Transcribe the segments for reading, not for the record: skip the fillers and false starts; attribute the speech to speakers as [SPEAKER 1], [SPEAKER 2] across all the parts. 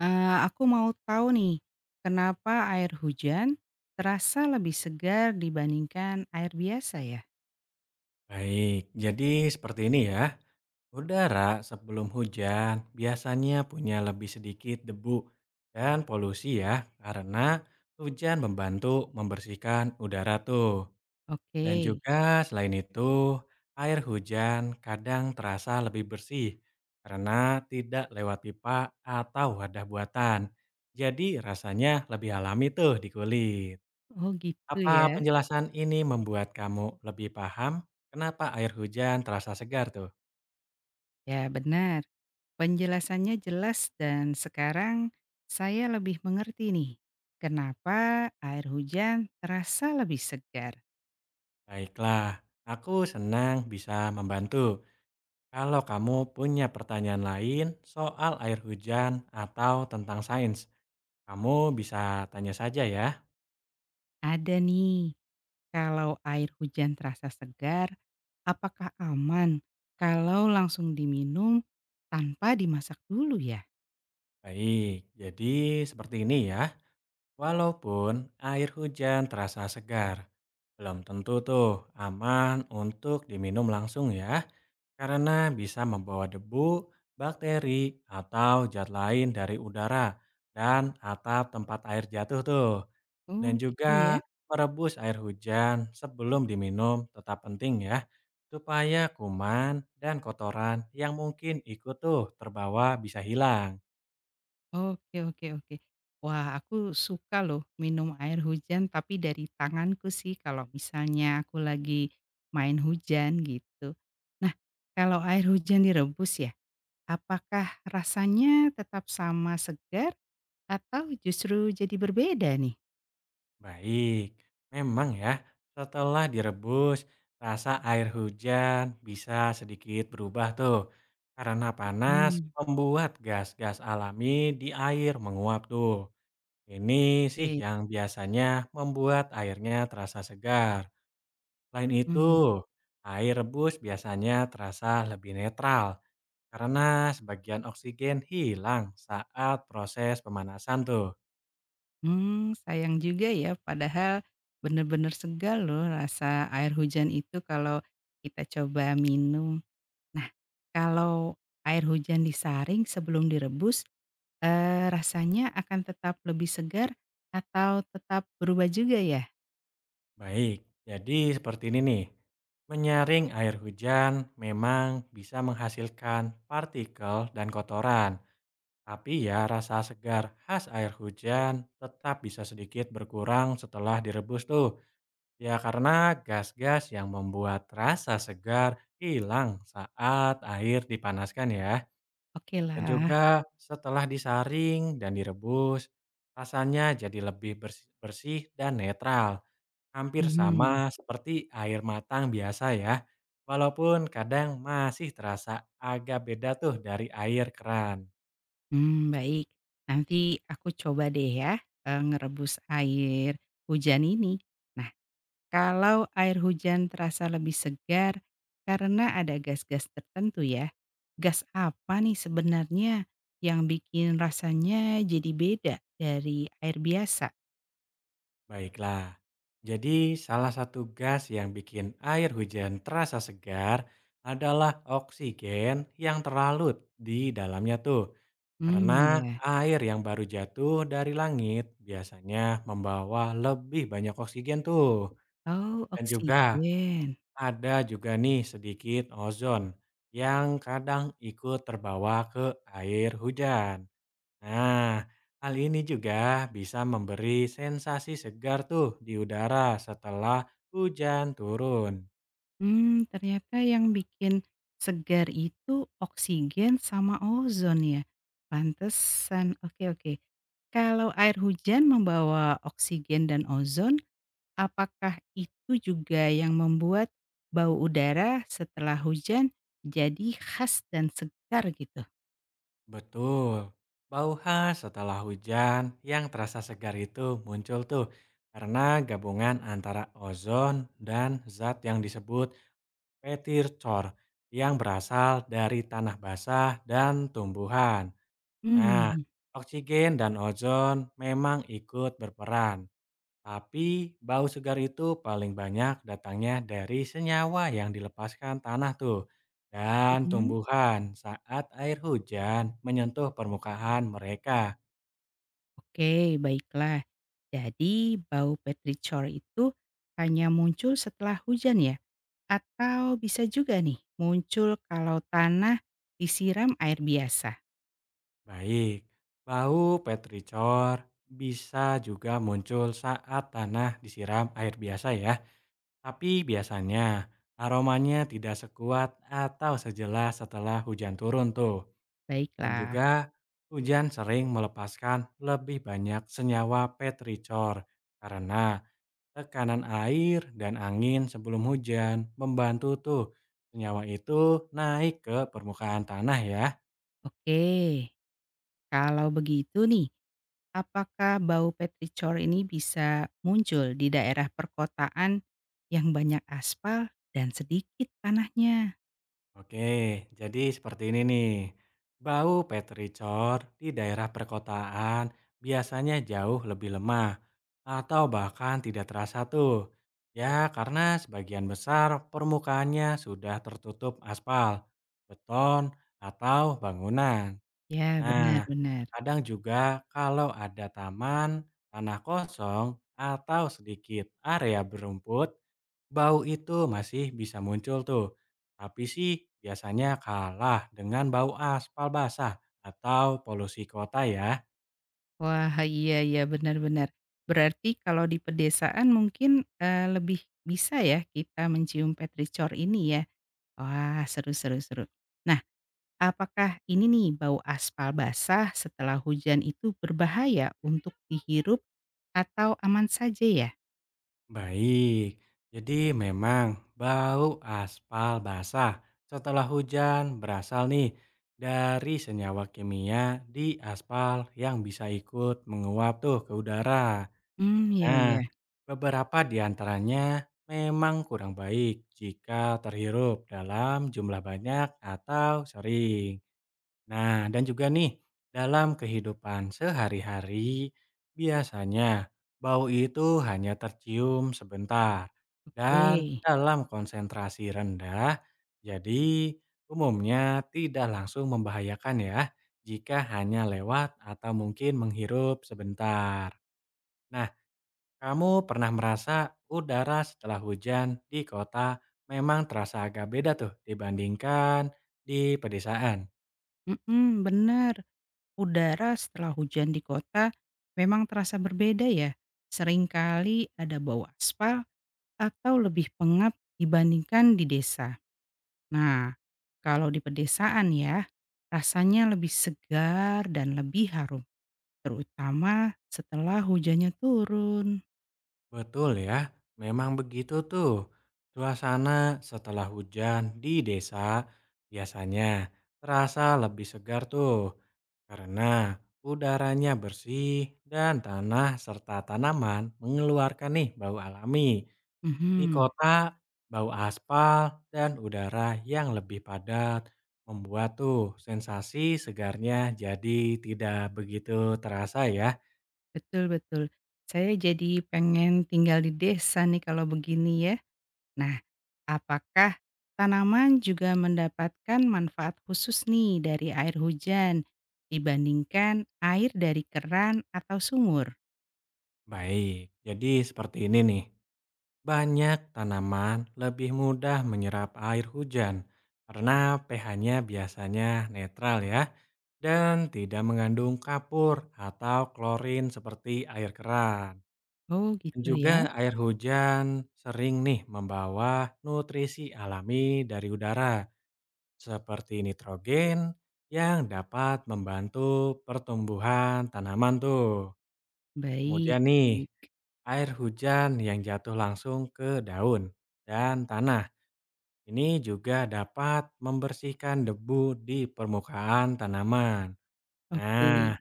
[SPEAKER 1] Aku mau tahu nih, kenapa air hujan terasa lebih segar dibandingkan air biasa ya?
[SPEAKER 2] Baik, jadi seperti ini ya. Udara sebelum hujan biasanya punya lebih sedikit debu dan polusi ya, karena hujan membantu membersihkan udara tuh.
[SPEAKER 1] Oke.
[SPEAKER 2] Dan juga selain itu, air hujan kadang terasa lebih bersih karena tidak lewat pipa atau wadah buatan. Jadi rasanya lebih alami tuh di kulit.
[SPEAKER 1] Oh gitu
[SPEAKER 2] Apa
[SPEAKER 1] ya.
[SPEAKER 2] penjelasan ini membuat kamu lebih paham kenapa air hujan terasa segar tuh?
[SPEAKER 1] Ya benar. Penjelasannya jelas dan sekarang saya lebih mengerti nih, kenapa air hujan terasa lebih segar.
[SPEAKER 2] Baiklah, aku senang bisa membantu. Kalau kamu punya pertanyaan lain soal air hujan atau tentang sains, kamu bisa tanya saja ya.
[SPEAKER 1] Ada nih, kalau air hujan terasa segar, apakah aman kalau langsung diminum tanpa dimasak dulu ya?
[SPEAKER 2] Baik, jadi seperti ini ya. Walaupun air hujan terasa segar, belum tentu tuh aman untuk diminum langsung ya, karena bisa membawa debu, bakteri, atau zat lain dari udara dan atap tempat air jatuh tuh.
[SPEAKER 1] Oh
[SPEAKER 2] Dan
[SPEAKER 1] gitu ya.
[SPEAKER 2] juga merebus air hujan sebelum diminum tetap penting ya, supaya kuman dan kotoran yang mungkin ikut tuh terbawa bisa hilang.
[SPEAKER 1] Oke oke oke. Wah, aku suka loh minum air hujan tapi dari tanganku sih kalau misalnya aku lagi main hujan gitu. Nah, kalau air hujan direbus ya, apakah rasanya tetap sama segar atau justru jadi berbeda nih?
[SPEAKER 2] Baik, memang ya, setelah direbus, rasa air hujan bisa sedikit berubah tuh. Karena panas
[SPEAKER 1] Hmm,
[SPEAKER 2] membuat gas-gas alami di air menguap tuh. Ini sih
[SPEAKER 1] oke.
[SPEAKER 2] yang biasanya membuat airnya terasa segar. Selain
[SPEAKER 1] Mmm,
[SPEAKER 2] itu, air rebus biasanya terasa lebih netral karena sebagian oksigen hilang saat proses pemanasan tuh.
[SPEAKER 1] sayang juga ya padahal bener-bener segar loh rasa air hujan itu kalau kita coba minum. Nah, kalau air hujan disaring sebelum direbus, rasanya akan tetap lebih segar atau tetap berubah juga ya?
[SPEAKER 2] Baik, jadi seperti ini nih. Menyaring air hujan memang bisa menghasilkan partikel dan kotoran, tapi ya rasa segar khas air hujan tetap bisa sedikit berkurang setelah direbus tuh. Ya karena gas-gas yang membuat rasa segar hilang saat air dipanaskan ya. Dan
[SPEAKER 1] Okelah.
[SPEAKER 2] juga setelah disaring dan direbus, rasanya jadi lebih bersih bersih dan netral. Hampir
[SPEAKER 1] Mhm.
[SPEAKER 2] sama seperti air matang biasa ya, walaupun kadang masih terasa agak beda tuh dari air keran.
[SPEAKER 1] Hmm, baik. Nanti aku coba deh ya, ngerebus air hujan ini. Nah, kalau air hujan terasa lebih segar karena ada gas-gas tertentu ya, gas apa nih sebenarnya yang bikin rasanya jadi beda dari air biasa?
[SPEAKER 2] Baiklah, jadi salah satu gas yang bikin air hujan terasa segar adalah oksigen yang terlalut di dalamnya tuh.
[SPEAKER 1] Mmm,
[SPEAKER 2] Karena
[SPEAKER 1] ya.
[SPEAKER 2] air yang baru jatuh dari langit biasanya membawa lebih banyak oksigen tuh.
[SPEAKER 1] Oh,
[SPEAKER 2] Dan juga,
[SPEAKER 1] oksigen.
[SPEAKER 2] ada juga nih sedikit ozon yang kadang ikut terbawa ke air hujan. Nah, hal ini juga bisa memberi sensasi segar tuh di udara setelah hujan turun.
[SPEAKER 1] Mmm, ternyata yang bikin segar itu oksigen sama ozon ya? Pantesan, oke oke. Kalau air hujan membawa oksigen dan ozon, apakah itu juga yang membuat bau udara setelah hujan jadi khas dan segar gitu?
[SPEAKER 2] Betul. Bau khas setelah hujan yang terasa segar itu muncul tuh karena gabungan antara ozon dan zat yang disebut petircor yang berasal dari tanah basah dan tumbuhan. Nah,
[SPEAKER 1] Mmm,
[SPEAKER 2] oksigen dan ozon memang ikut berperan, tapi bau segar itu paling banyak datangnya dari senyawa yang dilepaskan tanah tuh dan
[SPEAKER 1] mhm.
[SPEAKER 2] tumbuhan saat air hujan menyentuh permukaan mereka.
[SPEAKER 1] Oke, baiklah. Jadi bau petrichor itu hanya muncul setelah hujan ya? Atau bisa juga nih muncul kalau tanah disiram air biasa?
[SPEAKER 2] Baik, bau petrichor bisa juga muncul saat tanah disiram air biasa ya, tapi biasanya aromanya tidak sekuat atau sejelas setelah hujan turun tuh. Dan
[SPEAKER 1] Baiklah.
[SPEAKER 2] juga hujan sering melepaskan lebih banyak senyawa petrichor karena tekanan air dan angin sebelum hujan membantu tuh senyawa itu naik ke permukaan tanah ya.
[SPEAKER 1] Oke, kalau begitu nih, apakah bau petrichor ini bisa muncul di daerah perkotaan yang banyak aspal dan sedikit tanahnya?
[SPEAKER 2] Oke, jadi seperti ini nih. Bau petrichor di daerah perkotaan biasanya jauh lebih lemah atau bahkan tidak terasa tuh. Ya, karena sebagian besar permukaannya sudah tertutup aspal, beton, atau bangunan.
[SPEAKER 1] Ya,
[SPEAKER 2] Nah,
[SPEAKER 1] benar-benar.
[SPEAKER 2] kadang juga kalau ada taman, tanah kosong, atau sedikit area berumput, bau itu masih bisa muncul tuh, tapi sih biasanya kalah dengan bau aspal basah atau polusi kota ya.
[SPEAKER 1] Wah, iya iya, benar benar. Berarti kalau di pedesaan mungkin, lebih bisa ya kita mencium petrichor ini ya? Wah, seru seru seru. Nah, apakah ini nih bau aspal basah setelah hujan itu berbahaya untuk dihirup atau aman saja ya?
[SPEAKER 2] Baik, jadi memang bau aspal basah setelah hujan berasal nih dari senyawa kimia di aspal yang bisa ikut menguap tuh ke udara.
[SPEAKER 1] Hmm iya
[SPEAKER 2] Nah,
[SPEAKER 1] iya,
[SPEAKER 2] beberapa di antaranya memang kurang baik jika terhirup dalam jumlah banyak atau sering. Nah, dan juga nih, dalam kehidupan sehari-hari, biasanya bau itu hanya tercium sebentar dan
[SPEAKER 1] oke.
[SPEAKER 2] dalam konsentrasi rendah, jadi umumnya tidak langsung membahayakan ya jika hanya lewat atau mungkin menghirup sebentar. Nah, kamu pernah merasa udara setelah hujan di kota memang terasa agak beda tuh dibandingkan di pedesaan.
[SPEAKER 1] Mhm, benar. Udara setelah hujan di kota memang terasa berbeda ya. Seringkali ada bau aspal atau lebih pengap dibandingkan di desa. Nah, kalau di pedesaan ya, rasanya lebih segar dan lebih harum, terutama setelah hujannya turun.
[SPEAKER 2] Betul ya, memang begitu tuh. Suasana setelah hujan di desa biasanya terasa lebih segar tuh. Karena udaranya bersih dan tanah serta tanaman mengeluarkan nih bau alami. Di
[SPEAKER 1] Mhm,
[SPEAKER 2] kota, bau aspal dan udara yang lebih padat membuat tuh sensasi segarnya jadi tidak begitu terasa ya.
[SPEAKER 1] betul betul. Saya jadi pengen tinggal di desa nih kalau begini ya. Nah, apakah tanaman juga mendapatkan manfaat khusus nih dari air hujan dibandingkan air dari keran atau sumur?
[SPEAKER 2] Baik, jadi seperti ini nih. Banyak tanaman lebih mudah menyerap air hujan karena pH-nya biasanya netral ya dan tidak mengandung kapur atau klorin seperti air keran.
[SPEAKER 1] Oh,
[SPEAKER 2] Dan
[SPEAKER 1] gitu ya.
[SPEAKER 2] juga air hujan sering nih membawa nutrisi alami dari udara seperti nitrogen yang dapat membantu pertumbuhan tanaman tuh.
[SPEAKER 1] Baik
[SPEAKER 2] Kemudian nih,
[SPEAKER 1] baik.
[SPEAKER 2] air hujan yang jatuh langsung ke daun dan tanah ini juga dapat membersihkan debu di permukaan tanaman.
[SPEAKER 1] Oke
[SPEAKER 2] Nah,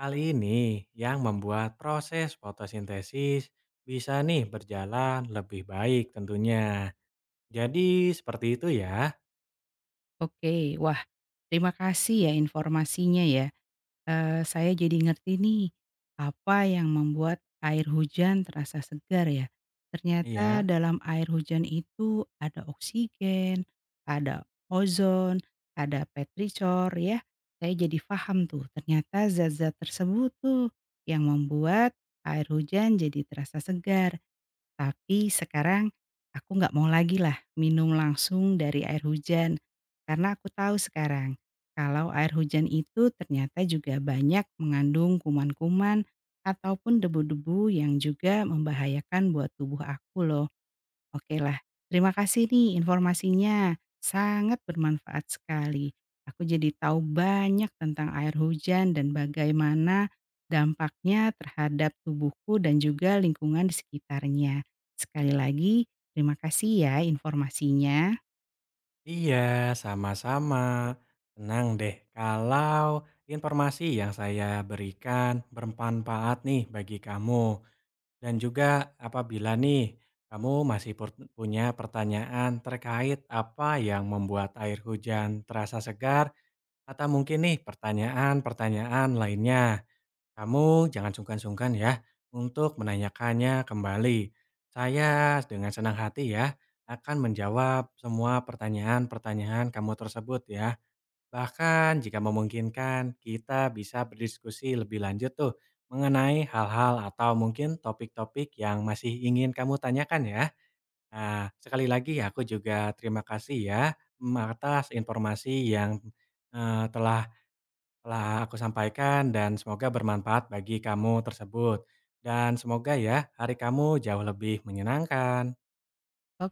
[SPEAKER 2] hal ini yang membuat proses fotosintesis bisa nih berjalan lebih baik tentunya. Jadi seperti itu ya.
[SPEAKER 1] oke. Wah, terima kasih ya informasinya ya. Saya jadi ngerti nih, apa yang membuat air hujan terasa segar ya. Ternyata
[SPEAKER 2] Iya.
[SPEAKER 1] dalam air hujan itu ada oksigen, ada ozon, ada petrichor ya. Saya jadi paham tuh, ternyata zat-zat tersebut tuh yang membuat air hujan jadi terasa segar. Tapi sekarang aku nggak mau lagi lah minum langsung dari air hujan, karena aku tahu sekarang kalau air hujan itu ternyata juga banyak mengandung kuman-kuman ataupun debu-debu yang juga membahayakan buat tubuh aku loh. Oke lah, terima kasih nih informasinya, sangat bermanfaat sekali. Aku jadi tahu banyak tentang air hujan dan bagaimana dampaknya terhadap tubuhku dan juga lingkungan di sekitarnya. Sekali lagi, terima kasih ya informasinya.
[SPEAKER 2] Iya, sama-sama. Senang deh kalau informasi yang saya berikan bermanfaat nih bagi kamu. Dan juga apabila nih kamu masih punya pertanyaan terkait apa yang membuat air hujan terasa segar atau mungkin nih pertanyaan-pertanyaan lainnya. Kamu jangan sungkan-sungkan ya untuk menanyakannya kembali. Saya dengan senang hati ya akan menjawab semua pertanyaan-pertanyaan kamu tersebut ya. Bahkan jika memungkinkan kita bisa berdiskusi lebih lanjut tuh mengenai hal-hal atau mungkin topik-topik yang masih ingin kamu tanyakan ya. Nah, sekali lagi aku juga terima kasih ya atas informasi yang telah telah aku sampaikan dan semoga bermanfaat bagi kamu tersebut. Dan semoga ya hari kamu jauh lebih menyenangkan.
[SPEAKER 1] Oke.